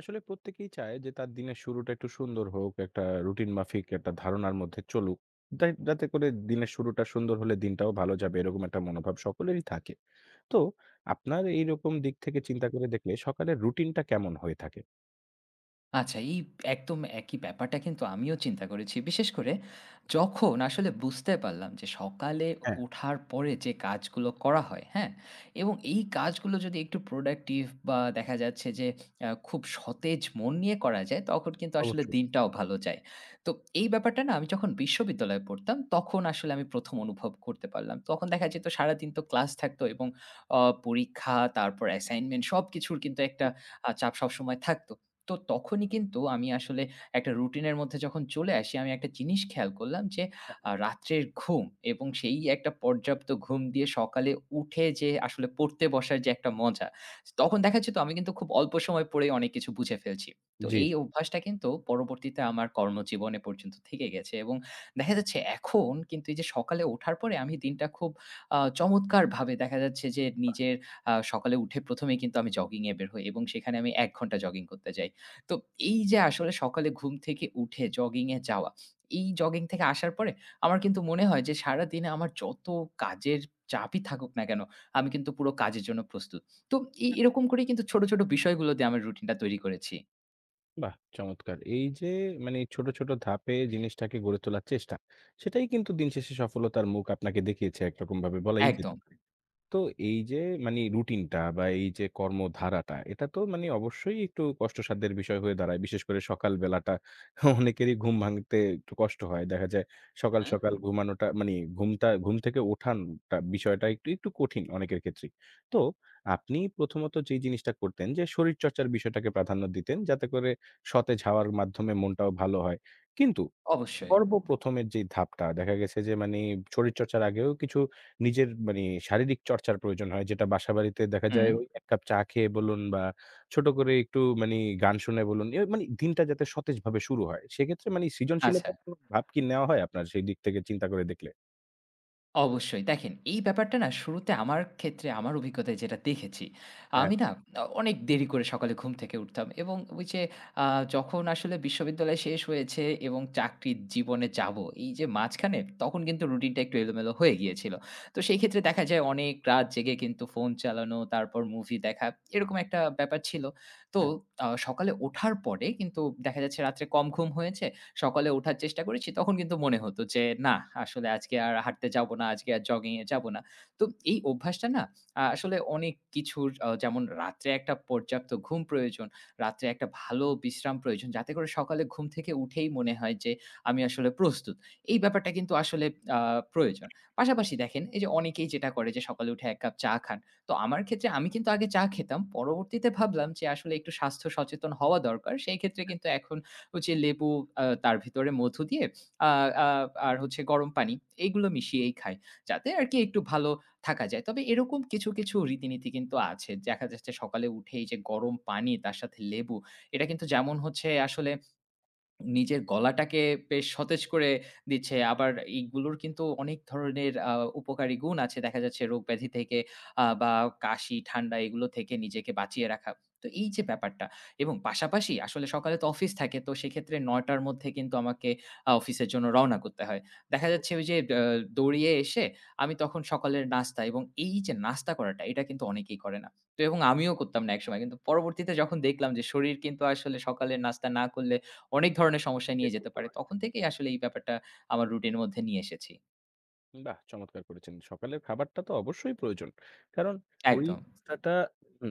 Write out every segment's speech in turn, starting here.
আসলে প্রত্যেকেই চায় যে তার দিনের শুরুটা একটু সুন্দর হোক, একটা রুটিন মাফিক একটা ধারণার মধ্যে চলুক। যাতে করে দিনের শুরুটা সুন্দর হলে দিনটাও ভালো যাবে এরকম একটা মনোভাব সকলেরই থাকে। তো আপনার এইরকম দিক থেকে চিন্তা করে দেখলে সকালের রুটিনটা কেমন হয়ে থাকে? আচ্ছা, এই একদম একই ব্যাপারটা কিন্তু আমিও চিন্তা করেছি। বিশেষ করে যখন আসলে বুঝতে পারলাম যে সকালে হ্যাঁ, ওঠার পরে যে কাজগুলো করা হয়, হ্যাঁ? এবং এই কাজগুলো যদি একটু প্রোডাক্টিভ বা দেখা যাচ্ছে যে খুব সতেজ মন নিয়ে করা যায়, তখন কিন্তু আসলে অবশ্যই। দিনটাও ভালো যায়। তো এই ব্যাপারটা না আমি যখন বিশ্ববিদ্যালয়ে পড়তাম, তখন আসলে আমি ১ম অনুভব করতে পারলাম। তখন দেখা যেত সারাদিন তো ক্লাস থাকতো এবং অ পরীক্ষা, তারপর অ্যাসাইনমেন্ট সবকিছুর কিন্তু একটা চাপ সবসময় থাকতো। তো তখনই কিন্তু আমি আসলে একটা রুটিনের মধ্যে যখন চলে আসি, আমি একটা জিনিস খেয়াল করলাম যে রাত্রের ঘুম এবং সেই একটা পর্যাপ্ত ঘুম দিয়ে সকালে উঠে যে আসলে পড়তে বসার যে একটা মজা, তখন দেখা যেত আমি কিন্তু খুব অল্প সময় পড়েই অনেক কিছু বুঝে ফেলছি। তো জি, এই জি। অভ্যাসটা কিন্তু পরবর্তীতে আমার কর্মজীবনে পর্যন্ত থেকে গেছে এবং দেখা যাচ্ছে এখন কিন্তু এই যে সকালে ওঠার পরে আমি দিনটা খুব চমৎকারভাবে দেখা যাচ্ছে যে নিজের সকালে উঠে ১ম এই কিন্তু আমি জগিংয়ে বের হই এবং সেখানে আমি ১ ঘন্টা জগিং করতে যাই। তো এই যে আসলে সকালে ঘুম থেকে উঠে জগিং এ যাওয়া, এই জগিং থেকে আসার পরে আমার কিন্তু মনে হয় যে সারাদিনে আমার যত কাজের চাপই থাকুক না কেন, আমি কিন্তু পুরো কাজের জন্য প্রস্তুত। তো এরকম করেই কিন্তু ছোট, ছোট বিষয়গুলো দিয়ে আমার রুটিনটা তৈরি করেছি। বাহ! চমৎকার। এই যে মানে ছোট, ছোট ধাপে জিনিসটাকে গড়ে তোলার চেষ্টা, সেটাই কিন্তু দিন শেষে সফলতার মুখ আপনাকে দেখিয়েছে একরকমভাবে বলাই যেতে একদম। পারে। তো এই যে মানে রুটিনটা বা এই যে কর্মধারাটা এটা তো মানে অবশ্যই একটু কষ্টসাধ্যের বিষয় হয়ে দাঁড়ায়। বিশেষ করে সকাল বেলাটা অনেকেরই ঘুম ভাঙতে একটু কষ্ট হয়। দেখা যায় সকাল, হুম। সকাল ঘুমানোটা মানে ঘুমটা ঘুম থেকে ওঠানটা বিষয়টা একটু, একটু কঠিন অনেকের ক্ষেত্রেই। তো আপনি প্রথমত যেই জিনিসটা করতেন যে শরীরচর্চার বিষয়টাকে প্রাধান্য দিতেন যাতে করে সতেজ হাওয়ার মাধ্যমে মনটাও ভালো হয়। কিন্তু অবশ্যই। সর্বপ্রথমের যে ধাপটা দেখা গেছে যে মানে শরীরচর্চার আগেও কিছু নিজের মানে শারীরিক চর্চার প্রয়োজন হয়। যেটা বাসাবাড়িতে দেখা হুম, যায় ওই ১ কাপ চা খেয়ে বলুন বা ছোট করে একটু মানি গান শুনে বলুন, এ মানে দিনটা যাতে সতেজভাবে শুরু হয়। সেক্ষেত্রে মানে আচ্ছা। সৃজনশীলতার কোনো ভাব কি নেওয়া হয় আপনার সেই দিক থেকে চিন্তা করে দেখলে? অবশ্যই। দেখেন, এই ব্যাপারটা না শুরুতে আমার ক্ষেত্রে আমার অভিজ্ঞতায় যেটা দেখেছি, হ্যাঁ, আমি না অনেক দেরি করে সকালে ঘুম থেকে উঠতাম এবং ওই যে আ যখন আসলে বিশ্ববিদ্যালয় শেষ হয়েছে এবং চাকরির জীবনে যাবো, এই যে মাঝখানে তখন কিন্তু রুটিনটা একটু এলোমেলো হয়ে গিয়েছিল। তো সেই ক্ষেত্রে দেখা যায় অনেক রাত জেগে কিন্তু ফোন চালানো, তারপর মুভি দেখা, এরকম একটা ব্যাপার ছিল। তো সকালে ওঠার পরে কিন্তু দেখা যাচ্ছে রাত্রে কম ঘুম হয়েছে। সকালে ওঠার চেষ্টা করেছি, তখন কিন্তু মনে হতো যে, "না, আসলে আজকে আর হাঁটতে যাবো না, আজকে আর জগিংয়ে যাবো না।" তো এই অভ্যাসটা না আসলে অনেক কিছুর যেমন রাত্রে একটা পর্যাপ্ত ঘুম প্রয়োজন, রাত্রে একটা ভালো বিশ্রাম প্রয়োজন, যাতে করে সকালে ঘুম থেকে উঠেই মনে হয় যে, "আমি আসলে প্রস্তুত।" এই ব্যাপারটা কিন্তু আসলে আ প্রয়োজন। পাশাপাশি দেখেন, এই যে অনেকেই যেটা করে যে সকালে উঠে ১ কাপ চা খান। তো আমার ক্ষেত্রে আমি কিন্তু আগে চা খেতাম। পরবর্তীতে ভাবলাম যে আসলে একটু স্বাস্থ্য সচেতন হওয়া দরকার। সেই ক্ষেত্রে কিন্তু এখন হচ্ছে লেবু তার ভিতরে মধু দিয়ে আ আ আর হচ্ছে গরম পানি এইগুলো মিশিয়েই খাই। যাতে আরকি একটু ভালো থাকা যায়। তবে এরকম কিছু, কিছু রীতিনীতি কিন্তু আছে। দেখা যাচ্ছে সকালে উঠেই যে গরম পানি তার সাথে লেবু, এটা কিন্তু যেমন হচ্ছে আসলে নিজের গলাটাকে বেশ সতেজ করে দিচ্ছে। আবার এইগুলোর কিন্তু অনেক ধরনের উপকারী গুণ আছে। দেখা যাচ্ছে রোগ-ব্যাধি থেকে বা কাশি, ঠান্ডা এগুলো থেকে নিজেকে বাঁচিয়ে রাখা। তো এই যে ব্যাপারটা এবং পাশাপাশি আসলে সকালে তো অফিস থাকে। তো সেক্ষেত্রে ৯ টার মধ্যে কিন্তু আমাকে অফিসের জন্য রওনা করতে হয়। দেখা যাচ্ছে ওই যে দৌড়িয়ে এসে আমি তখন সকালের নাস্তা এবং এই যে নাস্তা করাটা এটা কিন্তু অনেকেই করে না। তো এবং আমিও করতাম না একসময়। কিন্তু পরবর্তীতে যখন দেখলাম যে শরীর কিন্তু আসলে সকালের নাস্তা না করলে অনেক ধরনের সমস্যায় নিয়ে যেতে পারে। হ্যাঁ। তখন থেকেই আসলে এই ব্যাপারটা আমার রুটিন এর মধ্যে নিয়ে এসেছি। বাহ! চমৎকার করেছেন। সকালের খাবারটা তো অবশ্যই প্রয়োজন। কারণ ওই একদম। নাস্তাটা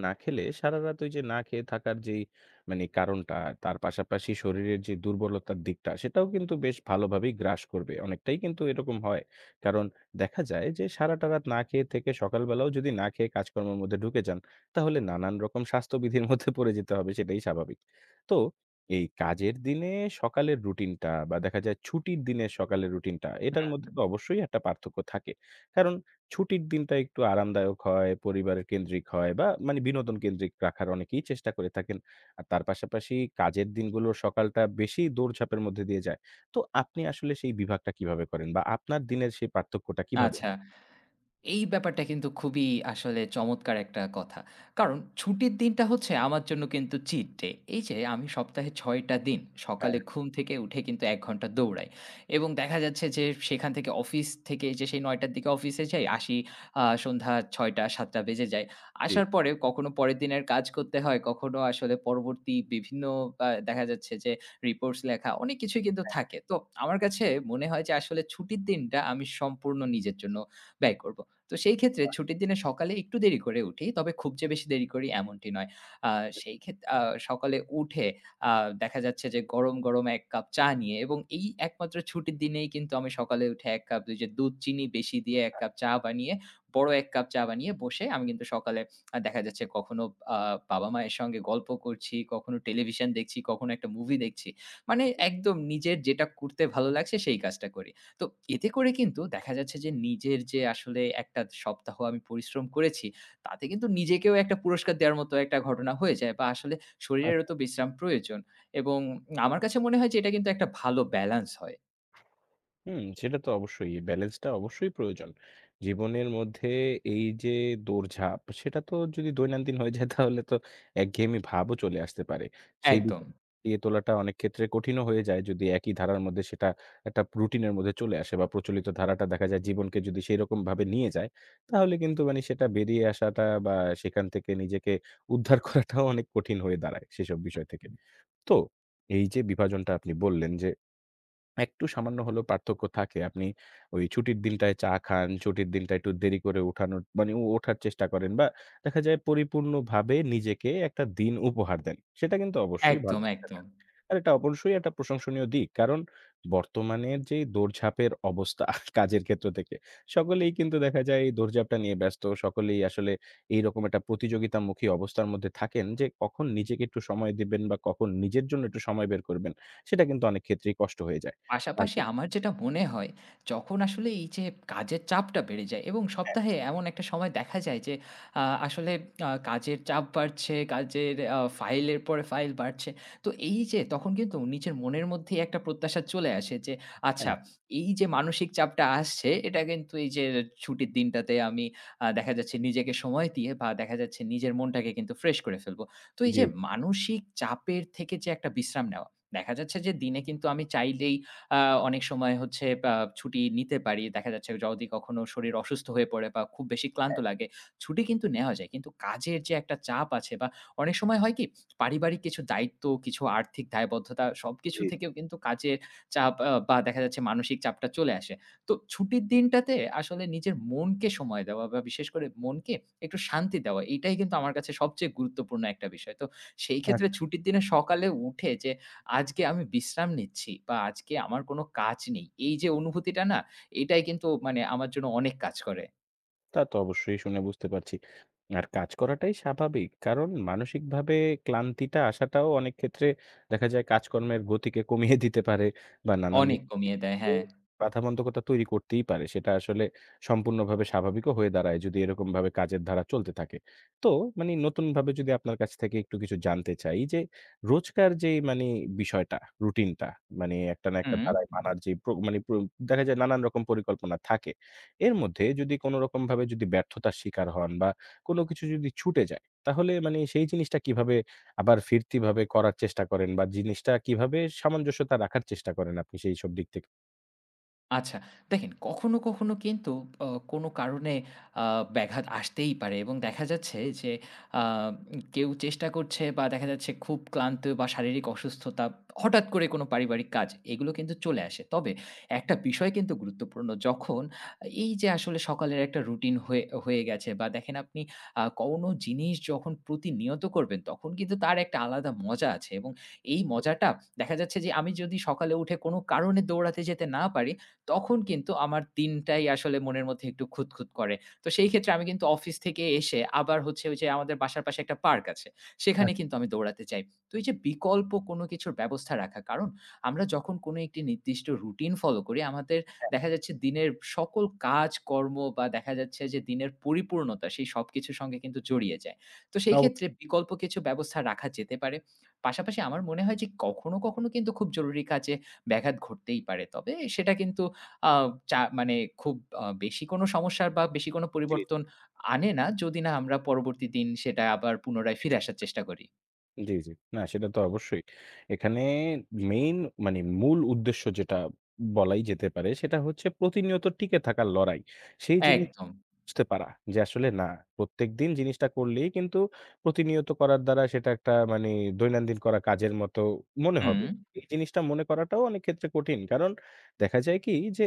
না খেলে সারারাত ওই যে না খেয়ে থাকার যেই মানে কারণটা, তার পাশাপাশি শরীরের যে দুর্বলতার দিকটা, সেটাও কিন্তু বেশ ভালোভাবেই গ্রাস করবে। অনেকটাই কিন্তু এরকম হয়। কারণ দেখা যায় যে সারাটা রাত না খেয়ে থেকে সকালবেলাও যদি না খেয়ে কাজকর্মের মধ্যে ঢুকে যান, তাহলে নানান রকম স্বাস্থ্যবিধির মধ্যে পড়ে যেতে হবে সেটাই স্বাভাবিক। তো এই কাজের দিনে সকালের রুটিনটা বা দেখা যায় ছুটির দিনের সকালের রুটিনটা, এটার হুম। মধ্যে তো অবশ্যই একটা পার্থক্য থাকে। কারণ ছুটির দিনটা একটু আরামদায়ক হয়, পরিবারের কেন্দ্রিক হয় বা মানে বিনোদন কেন্দ্রিক রাখার অনেকেই চেষ্টা করে থাকেন। আর তার পাশাপাশি কাজের দিনগুলোর সকালটা বেশি দৌড়ঝাঁপের মধ্যে দিয়ে যায়। তো আপনি আসলে সেই বিভাগটা কিভাবে করেন বা আপনার দিনের সেই পার্থক্যটা কিভাবে? আচ্ছা। এই ব্যাপারটা কিন্তু খুবই আসলে চমৎকার একটা কথা। কারণ ছুটির দিনটা হচ্ছে আমার জন্য কিন্তু চিট ডে। এই যে আমি সপ্তাহে ৬ টা দিন সকালে হ্যাঁ, ঘুম থেকে উঠে কিন্তু ১ ঘন্টা দৌড়াই। এবং দেখা যাচ্ছে যে সেখান থেকে অফিস থেকে যে সেই ৯ টার দিকে অফিসে যাই, আসি সন্ধ্যা ৬ টা ৭ টা বেজে যায়। জি। আসার পরে কখনো পরের দিনের কাজ করতে হয়, কখনো আসলে পরবর্তী বিভিন্ন দেখা যাচ্ছে যে রিপোর্টস লেখা অনেক কিছুই কিন্তু থাকে। তো আমার কাছে মনে হয় যে আসলে ছুটির দিনটা আমি সম্পূর্ণ নিজের জন্য ব্যয় করব। তো সেই ক্ষেত্রে ছুটির দিনে সকালে একটু দেরি করে উঠি। তবে খুব যে বেশি দেরি করি এমনটি নয়। আ সেই ক্ষেত আ সকালে উঠে আ দেখা যাচ্ছে যে গরম, গরম ১ কাপ চা নিয়ে এবং এই একমাত্র ছুটির দিনেই কিন্তু আমি সকালে উঠে ১ কাপ ওই যে দুধ চিনি বেশি দিয়ে ১ কাপ চা বানিয়ে, বড় ১ কাপ চা বানিয়ে বসে আমি কিন্তু সকালে দেখা যাচ্ছে কখনো আ বাবা-মায়ের সঙ্গে গল্প করছি, কখনো টেলিভিশন দেখছি, কখনো একটা মুভি দেখছি। মানে একদম নিজের যেটা করতে ভালো লাগছে সেই কাজটা করি। তো এতে করে কিন্তু দেখা যাচ্ছে যে নিজের যে আসলে একটা সপ্তাহ আমি পরিশ্রম করেছি, তাতে কিন্তু নিজেকেও একটা পুরস্কার দেওয়ার মতো একটা ঘটনা হয়ে যায় বা আসলে শরীরেরও আচ্ছা। তো বিশ্রাম প্রয়োজন এবং আমার কাছে মনে হয় যে এটা কিন্তু একটা ভালো ব্যালান্স হয়। হুম, সেটা তো অবশ্যই। এই ব্যালেন্সটা অবশ্যই প্রয়োজন। জীবনের মধ্যে এই যে দৌড়ঝাঁপ, সেটা তো যদি দৈনন্দিন হয়ে যায় তাহলে তো একঘেয়েমি ভাবও চলে আসতে পারে। সেই একদম, বিষয় দিয়ে তোলাটা অনেক ক্ষেত্রে কঠিনও হয়ে যায় যদি একই ধারার মধ্যে সেটা একটা রুটিনের মধ্যে চলে আসে বা প্রচলিত ধারাটা দেখা যায় জীবনকে যদি সেইরকমভাবে নিয়ে যায়, তাহলে কিন্তু মানে সেটা বেরিয়ে আসাটা বা সেখান থেকে নিজেকে উদ্ধার করাটাও অনেক কঠিন হয়ে দাঁড়ায় সেসব বিষয় থেকে। তো এই যে বিভাজনটা আপনি বললেন যে একটু সামান্য হলেও পার্থক্য থাকে। আপনি ওই ছুটির দিনটায় চা খান, ছুটির দিনটা একটু দেরি করে উঠানোর মানে ওঠার চেষ্টা করেন বা দেখা যায় পরিপূর্ণভাবে নিজেকে একটা দিন উপহার দেন। সেটা কিন্তু অবশ্যই একদম, ভালো একদম। ব্যাপার। আর এটা অবশ্যই একটা প্রশংসনীয় দিক। কারণ বর্তমানের যে দৌড়ঝাঁপের অবস্থা কাজের ক্ষেত্র থেকে, সকলেই কিন্তু দেখা যায় এই দৌড়ঝাঁপটা নিয়ে ব্যস্ত। সকলেই আসলে এইরকম একটা প্রতিযোগিতামুখী অবস্থার মধ্যে থাকেন যে কখন নিজেকে একটু সময় দিবেন বা কখন নিজের জন্য একটু সময় বের করবেন, সেটা কিন্তু অনেক ক্ষেত্রেই কষ্ট হয়ে যায়। পাশাপাশি থাকবে। আমার যেটা মনে হয়, যখন আসলে এই যে কাজের চাপটা বেড়ে যায় এবং হ্যাঁ, সপ্তাহে এমন একটা সময় দেখা যায় যে আসলে কাজের চাপ বাড়ছে, কাজের ফাইলের পরে ফাইল বাড়ছে। তো এই যে তখন কিন্তু নিজের মনের মধ্যেই একটা প্রত্যাশা চলে আসে যে আচ্ছা হ্যাঁ। এই যে মানসিক চাপটা আসছে এটা কিন্তু এই যে ছুটির দিনটাতে আমি দেখা যাচ্ছে নিজেকে সময় দিয়ে বা দেখা যাচ্ছে নিজের মনটাকে কিন্তু ফ্রেশ করে ফেলবো। তো এই জি, যে জি। মানসিক চাপের থেকে যে একটা বিশ্রাম নেওয়া, দেখা যাচ্ছে যে দিনে কিন্তু আমি চাইলেই আ অনেক সময় হচ্ছে আ ছুটি নিতে পারি। দেখা যাচ্ছে যদি কখনো শরীর অসুস্থ হয়ে পড়ে বা খুব বেশি ক্লান্ত লাগে, ছুটি কিন্তু নেওয়া যায়। কিন্তু কাজের যে একটা চাপ আছে বা অনেক সময় হয় কি? পারিবারিক কিছু দায়িত্ব, কিছু আর্থিক দায়বদ্ধতা সবকিছু থেকেও কিন্তু কাজের চাপ বা দেখা যাচ্ছে মানসিক চাপটা চলে আসে। তো ছুটির দিনটাতে আসলে নিজের মনকে সময় দেওয়া বা বিশেষ করে মনকে একটু শান্তি দেওয়া, এটাই কিন্তু আমার কাছে সবচেয়ে গুরুত্বপূর্ণ একটা বিষয়। তো সেই ক্ষেত্রে আচ্ছা। ছুটির দিনে সকালে উঠে যে আজকে আমি বিশ্রাম নিচ্ছি বা আজকে আমার কোনো কাজ নেই। এই যে অনুভূতিটা না, এটাই কিন্তু মানে আমার জন্য অনেক কাজ করে। তা তো অবশ্যই শুনে বুঝতে পারছি। আর কাজ করাটাই স্বাভাবিক। কারণ মানসিকভাবে ক্লান্তিটা আসাটাও অনেক ক্ষেত্রে দেখা যায় কাজকর্মের গতিকে কমিয়ে দিতে পারে বা নানান অনেক দিক কমিয়ে দেয়। থেকে হ্যাঁ। বাধাবন্ধকতা তৈরি করতেই পারে। সেটা আসলে সম্পূর্ণভাবে স্বাভাবিকও হয়ে দাঁড়ায় যদি এরকমভাবে কাজের ধারা চলতে থাকে। তো মানে নতুনভাবে যদি আপনার কাছ থেকে একটু কিছু জানতে চাই যে রোজকার যেই মানে বিষয়টা, রুটিনটা মানে একটা না একটা হুম। ধারায় মানার যে প্র মানে প্র দেখা যায় নানান রকম পরিকল্পনা থাকে। এর মধ্যে যদি কোনরকমভাবে যদি ব্যর্থতার শিকার হন বা কোনো কিছু যদি ছুটে যায়, তাহলে মানে সেই জিনিসটা কিভাবে আবার ফিরতিভাবে করার চেষ্টা করেন বা জিনিসটা কিভাবে সামঞ্জস্যতা রাখার চেষ্টা করেন আপনি সেইসব দিক থেকে? আচ্ছা, দেখেন কখনো, কখনো কিন্তু কোনো কারণে আ ব্যাঘাত আসতেই পারে এবং দেখা যাচ্ছে যে আ কেউ চেষ্টা করছে বা দেখা যাচ্ছে খুব ক্লান্ত বা শারীরিক অসুস্থতা হঠাৎ করে কোনো পারিবারিক কাজ এগুলো কিন্তু চলে আসে। তবে একটা বিষয় কিন্তু গুরুত্বপূর্ণ যখন এই যে আসলে সকালের একটা রুটিন হয়ে হয়ে গেছে বা দেখেন আপনি কোনো জিনিস যখন প্রতিনিয়ত করবেন তখন কিন্তু তার একটা আলাদা মজা আছে এবং এই মজাটা দেখা যাচ্ছে যে আমি যদি সকালে উঠে কোনো কারণে দৌড়াতে যেতে না পারি তখন কিন্তু আমার দিনটাই আসলে মনের মধ্যে একটু খুঁতখুঁত করে। তো সেই ক্ষেত্রে আমি কিন্তু অফিস থেকে এসে আবার হচ্ছে ওই যে আমাদের বাসার পাশে একটা পার্ক আছে। সেখানে কিন্তু আমি দৌড়াতে যাই। তো এই যে বিকল্প কোনো কিছুর ব্যবস্থা রাখা। কারণ আমরা যখন কোনো একটি নির্দিষ্ট রুটিন ফলো করি, আমাদের আচ্ছা। দেখা যাচ্ছে দিনের সকল কাজকর্ম বা দেখা যাচ্ছে যে দিনের পরিপূর্ণতা সেই সবকিছুর সঙ্গে কিন্তু জড়িয়ে যায়। তো সেই অব ক্ষেত্রে বিকল্প কিছু ব্যবস্থা রাখা যেতে পারে। পাশাপাশি আমার মনে হয় যে কখনো, কখনো কিন্তু খুব জরুরি কাজে ব্যাঘাত ঘটতেই পারে। তবে সেটা কিন্তু আ চা মানে খুব বেশি কোনো সমস্যার বা বেশি কোনো জি, পরিবর্তন আনে না, যদি না আমরা পরবর্তী দিন সেটা আবার পুনরায় ফিরে আসার চেষ্টা করি। জি, জি, জি। না সেটা তো অবশ্যই। এখানে মেইন মানে মূল উদ্দেশ্য যেটা বলাই যেতে পারে সেটা হচ্ছে প্রতিনিয়ত টিকে থাকার লড়াই। সেই জিনিস একদম। বুঝতে পারা যে আসলে না প্রত্যেকদিন জিনিসটা করলেই কিন্তু প্রতিনিয়ত করার দ্বারা সেটা একটা মানে দৈনন্দিন করা কাজের মতো মনে হবে। হুম। এই জিনিসটা মনে করাটাও অনেক ক্ষেত্রে কঠিন। কারণ দেখা যায় কি যে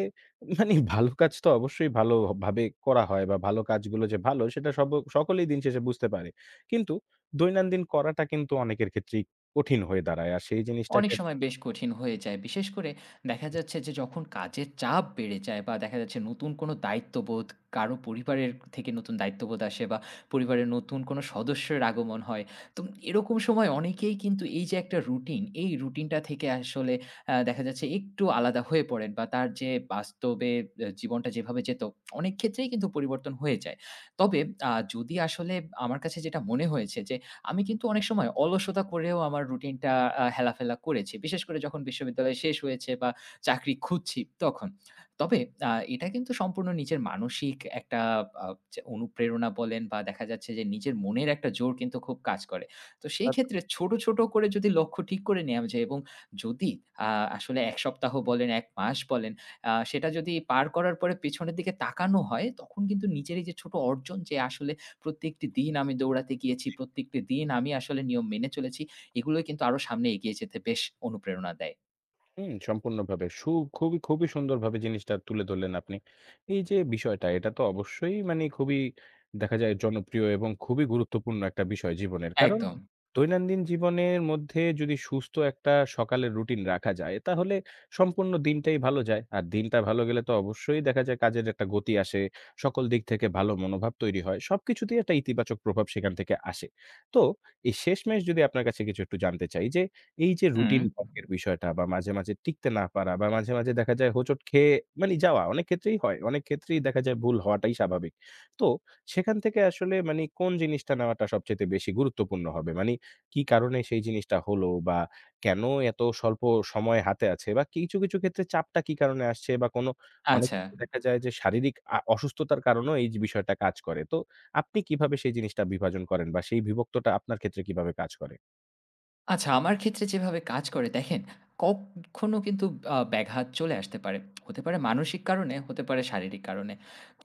মানে ভালো কাজ তো অবশ্যই ভালো ভাবে করা হয় বা ভালো কাজগুলো যে ভালো সেটা সব সকলেই দিন শেষে বুঝতে পারে। কিন্তু দৈনন্দিন করাটা কিন্তু অনেকের ক্ষেত্রেই কঠিন হয়ে দাঁড়ায়। আর সেই অনেক জিনিসটাকে সময় বেশ কঠিন হয়ে যায়। বিশেষ করে দেখা যাচ্ছে যে যখন কাজের চাপ বেড়ে যায় বা দেখা যাচ্ছে নতুন কোনো দায়িত্ববোধ, কারো পরিবারের থেকে নতুন দায়িত্ববোধ আসে বা পরিবারের নতুন কোনো সদস্যের আগমন হয়। তো এরকম সময় অনেকেই কিন্তু এই যে একটা রুটিন, এই রুটিনটা থেকে আসলে দেখা যাচ্ছে একটু আলাদা হয়ে পড়েন বা তার যে বাস্তবে জীবনটা যেভাবে যেত, অনেক ক্ষেত্রেই কিন্তু পরিবর্তন হয়ে যায়। তবে যদি আসলে আমার কাছে যেটা মনে হয়েছে যে আমি কিন্তু অনেক সময় অলসতা করেও আমার রুটিনটা হেলাফেলা করেছি। বিশেষ করে যখন বিশ্ববিদ্যালয় শেষ হয়েছে বা চাকরি খুঁজছি তখন। তবে এটা কিন্তু সম্পূর্ণ নিজের মানসিক একটা আ যে অনুপ্রেরণা বলেন বা দেখা যাচ্ছে যে নিজের মনের একটা জোর কিন্তু খুব কাজ করে। তো সেই ক্ষেত্রে ছোট, ছোট করে যদি লক্ষ্য ঠিক করে নেওয়া যায় এবং যদি আ আসলে ১ সপ্তাহ বলেন, ১ মাস বলেন সেটা যদি পার করার পরে পেছনের দিকে তাকানো হয় তখন কিন্তু নিজের এই যে ছোট অর্জন যে আসলে প্রত্যেকটি দিন আমি দৌড়াতে গিয়েছি। প্রত্যেকটি দিন আমি আসলে নিয়ম মেনে চলেছি। এগুলোই কিন্তু আরো সামনে এগিয়ে যেতে বেশ অনুপ্রেরণা দেয়। হুম, সম্পূর্ণভাবে। খুবই, খুবই সুন্দরভাবে জিনিসটা তুলে ধরলেন আপনি। এই যে বিষয়টা, এটা তো অবশ্যই মানে খুবই দেখা যায় জনপ্রিয় এবং খুবই গুরুত্বপূর্ণ একটা বিষয় জীবনের। কারণ একদম। দৈনন্দিন জীবনের মধ্যে যদি সুস্থ একটা সকালের রুটিন রাখা যায়, তাহলে সম্পূর্ণ দিনটাই ভালো যায়। আর দিনটা ভালো গেলে তো অবশ্যই দেখা যায় কাজের একটা গতি আসে, সকল দিক থেকে ভালো মনোভাব তৈরি হয়। সবকিছুতেই একটা ইতিবাচক প্রভাব সেখান থেকে আসে। তো এই শেষমেশ যদি আপনার কাছে কিছু একটু জানতে চাই যে এই যে হুম, রুটিন ভঙ্গের বিষয়টা বা মাঝে, মাঝে টিকতে না পারা বা মাঝে, মাঝে দেখা যায় হোঁচট খেয়ে মানে যাওয়া অনেক ক্ষেত্রেই হয়। অনেক ক্ষেত্রেই দেখা যায় ভুল হওয়াটাই স্বাভাবিক। তো সেখান থেকে আসলে মানে কোন জিনিসটা নেওয়াটা সবচাইতে বেশি গুরুত্বপূর্ণ হবে? মানে কি কারণে সেই জিনিসটা হলো বা কেন এত স্বল্প সময় হাতে আছে বা কিছু, কিছু ক্ষেত্রে চাপটা কি কারণে আসছে বা কোনো অনেক আচ্ছা। ক্ষেত্রে দেখা যায় যে শারীরিক অসুস্থতার কারণেও এই যে বিষয়টা কাজ করে। তো আপনি কিভাবে সেই জিনিসটা বিভাজন করেন বা সেই বিভক্তটা আপনার ক্ষেত্রে কিভাবে কাজ করে? আচ্ছা, আমার ক্ষেত্রে যেভাবে কাজ করে দেখেন, কখনো কিন্তু ব্যাঘাত চলে আসতে পারে। হতে পারে মানসিক কারণে, হতে পারে শারীরিক কারণে।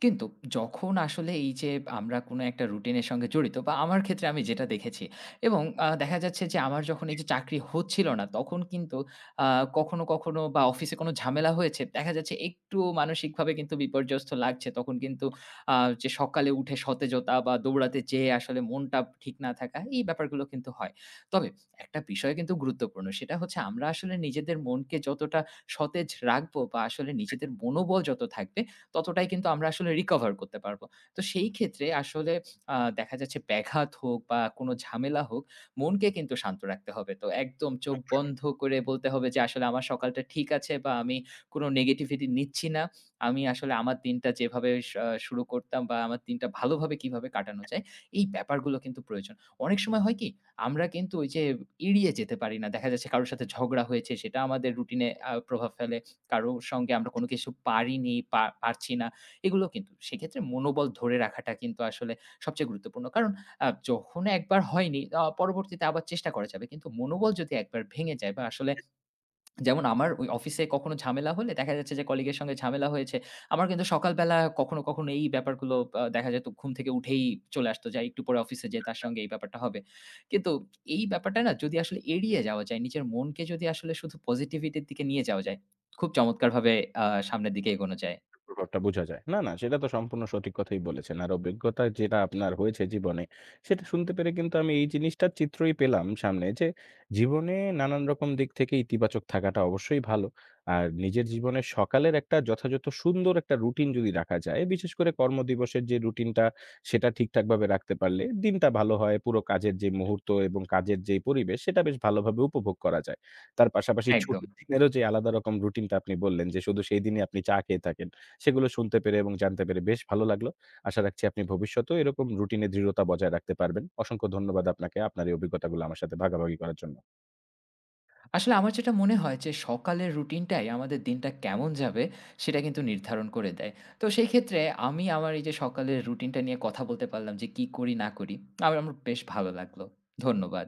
কিন্তু যখন আসলে এই যে আমরা কোনো একটা রুটিনের সঙ্গে জড়িত বা আমার ক্ষেত্রে আমি যেটা দেখেছি এবং দেখা যাচ্ছে যে আমার যখন এই যে চাকরি হচ্ছিল না, তখন কিন্তু আ কখনো, কখনো বা অফিসে কোনো ঝামেলা হয়েছে, দেখা যাচ্ছে একটু মানসিকভাবে কিন্তু বিপর্যস্ত লাগছে। তখন কিন্তু আ যে সকালে উঠে সতেজতা বা দৌড়াতে যেয়ে আসলে মনটা ঠিক না থাকা, এই ব্যাপারগুলো কিন্তু হয়। তবে একটা বিষয় কিন্তু গুরুত্বপূর্ণ। সেটা হচ্ছে আমরা আসলে নিজেদের মনকে যতটা সতেজ রাখবো বা আসলে নিজেদের মনোবল যত থাকবে, ততটাই কিন্তু আমরা আসলে recover করতে পারবো। তো সেই ক্ষেত্রে আসলে দেখা যাচ্ছে ব্যাঘাত হোক বা কোনো ঝামেলা হোক, মনকে কিন্তু শান্ত রাখতে হবে। তো একদম চোখ বন্ধ করে বলতে হবে যে, "আসলে আমার সকালটা ঠিক আছে বা আমি কোনো negativity নিচ্ছি না। আমি আসলে আমার দিনটা যেভাবে শুরু করতাম বা আমার দিনটা ভালোভাবে কিভাবে কাটানো যায়?" এই ব্যাপারগুলো কিন্তু প্রয়োজন। অনেক সময় হয় কি আমরা কিন্তু ওই যে এড়িয়ে যেতে পারি না। দেখা যাচ্ছে কারো সাথে ঝগড়া হয়েছে, সেটা আমাদের রুটিনে প্রভাব ফেলে। কারো সঙ্গে আমরা কোনো কিছু পারিনি, পারছি না। এগুলো কিন্তু সেক্ষেত্রে মনোবল ধরে রাখাটা কিন্তু আসলে সবচেয়ে গুরুত্বপূর্ণ। কারণ যখন একবার হয়নি, পরবর্তীতে আবার চেষ্টা করা যাবে। কিন্তু মনোবল যদি একবার ভেঙে যায় বা আসলে যেমন আমার ওই অফিসে কখনো ঝামেলা হলে দেখা যাচ্ছে যে কলিগের সঙ্গে ঝামেলা হয়েছে। আমার কিন্তু সকালবেলা কখনো, কখনো এই ব্যাপারগুলো দেখা যেত ঘুম থেকে উঠেই চলে আসতো যে একটু পরে অফিসে যেয়ে তার সঙ্গে এই ব্যাপারটা হবে। কিন্তু এই ব্যাপারটা না যদি আসলে এড়িয়ে যাওয়া যায়, নিজের মনকে যদি আসলে শুধু পজিটিভিটির দিকে নিয়ে যাওয়া যায়, খুব চমৎকারভাবে সামনের দিকে এগোনো যায়। প্রভাবটা বোঝা যায়। না, না সেটা তো সম্পূর্ণ সঠিক কথাই বলেছেন। আর অভিজ্ঞতা যেটা আপনার হয়েছে জীবনে, সেটা শুনতে পেরে কিন্তু আমি এই জিনিসটার চিত্রই পেলাম সামনে যে, জীবনে নানান রকম দিক থেকে ইতিবাচক থাকাটা অবশ্যই ভালো। আর নিজের জীবনের সকালের একটা যথাযথ সুন্দর একটা রুটিন যদি রাখা যায়, বিশেষ করে কর্মদিবসের যে রুটিনটা সেটা ঠিকঠাকভাবে রাখতে পারলে দিনটা ভালো হয়। পুরো কাজের যে মুহূর্ত এবং কাজের যে পরিবেশ সেটা বেশ ভালোভাবে উপভোগ করা যায়। তার পাশাপাশি একদম। ছুটির দিনেরও যে আলাদা রকম রুটিনটা আপনি বললেন যে, শুধু সেই দিনই আপনি চা খেয়ে থাকেন। সেগুলো শুনতে পেরে এবং জানতে পেরে বেশ ভালো লাগলো। আশা রাখছি আপনি ভবিষ্যতেও এরকম রুটিনে দৃঢ়তা বজায় রাখতে পারবেন। অসংখ্য ধন্যবাদ আপনাকে আপনার এই অভিজ্ঞতাগুলো আমার সাথে ভাগাভাগি করার জন্য। আসলে আমার যেটা মনে হয় যে সকালের রুটিনটাই আমাদের দিনটা কেমন যাবে সেটা কিন্তু নির্ধারণ করে দেয়। তো সেই ক্ষেত্রে আমি আমার এই যে সকালের রুটিনটা নিয়ে কথা বলতে পারলাম যে কি করি না করি, আমার আমার বেশ ভালো লাগলো। ধন্যবাদ।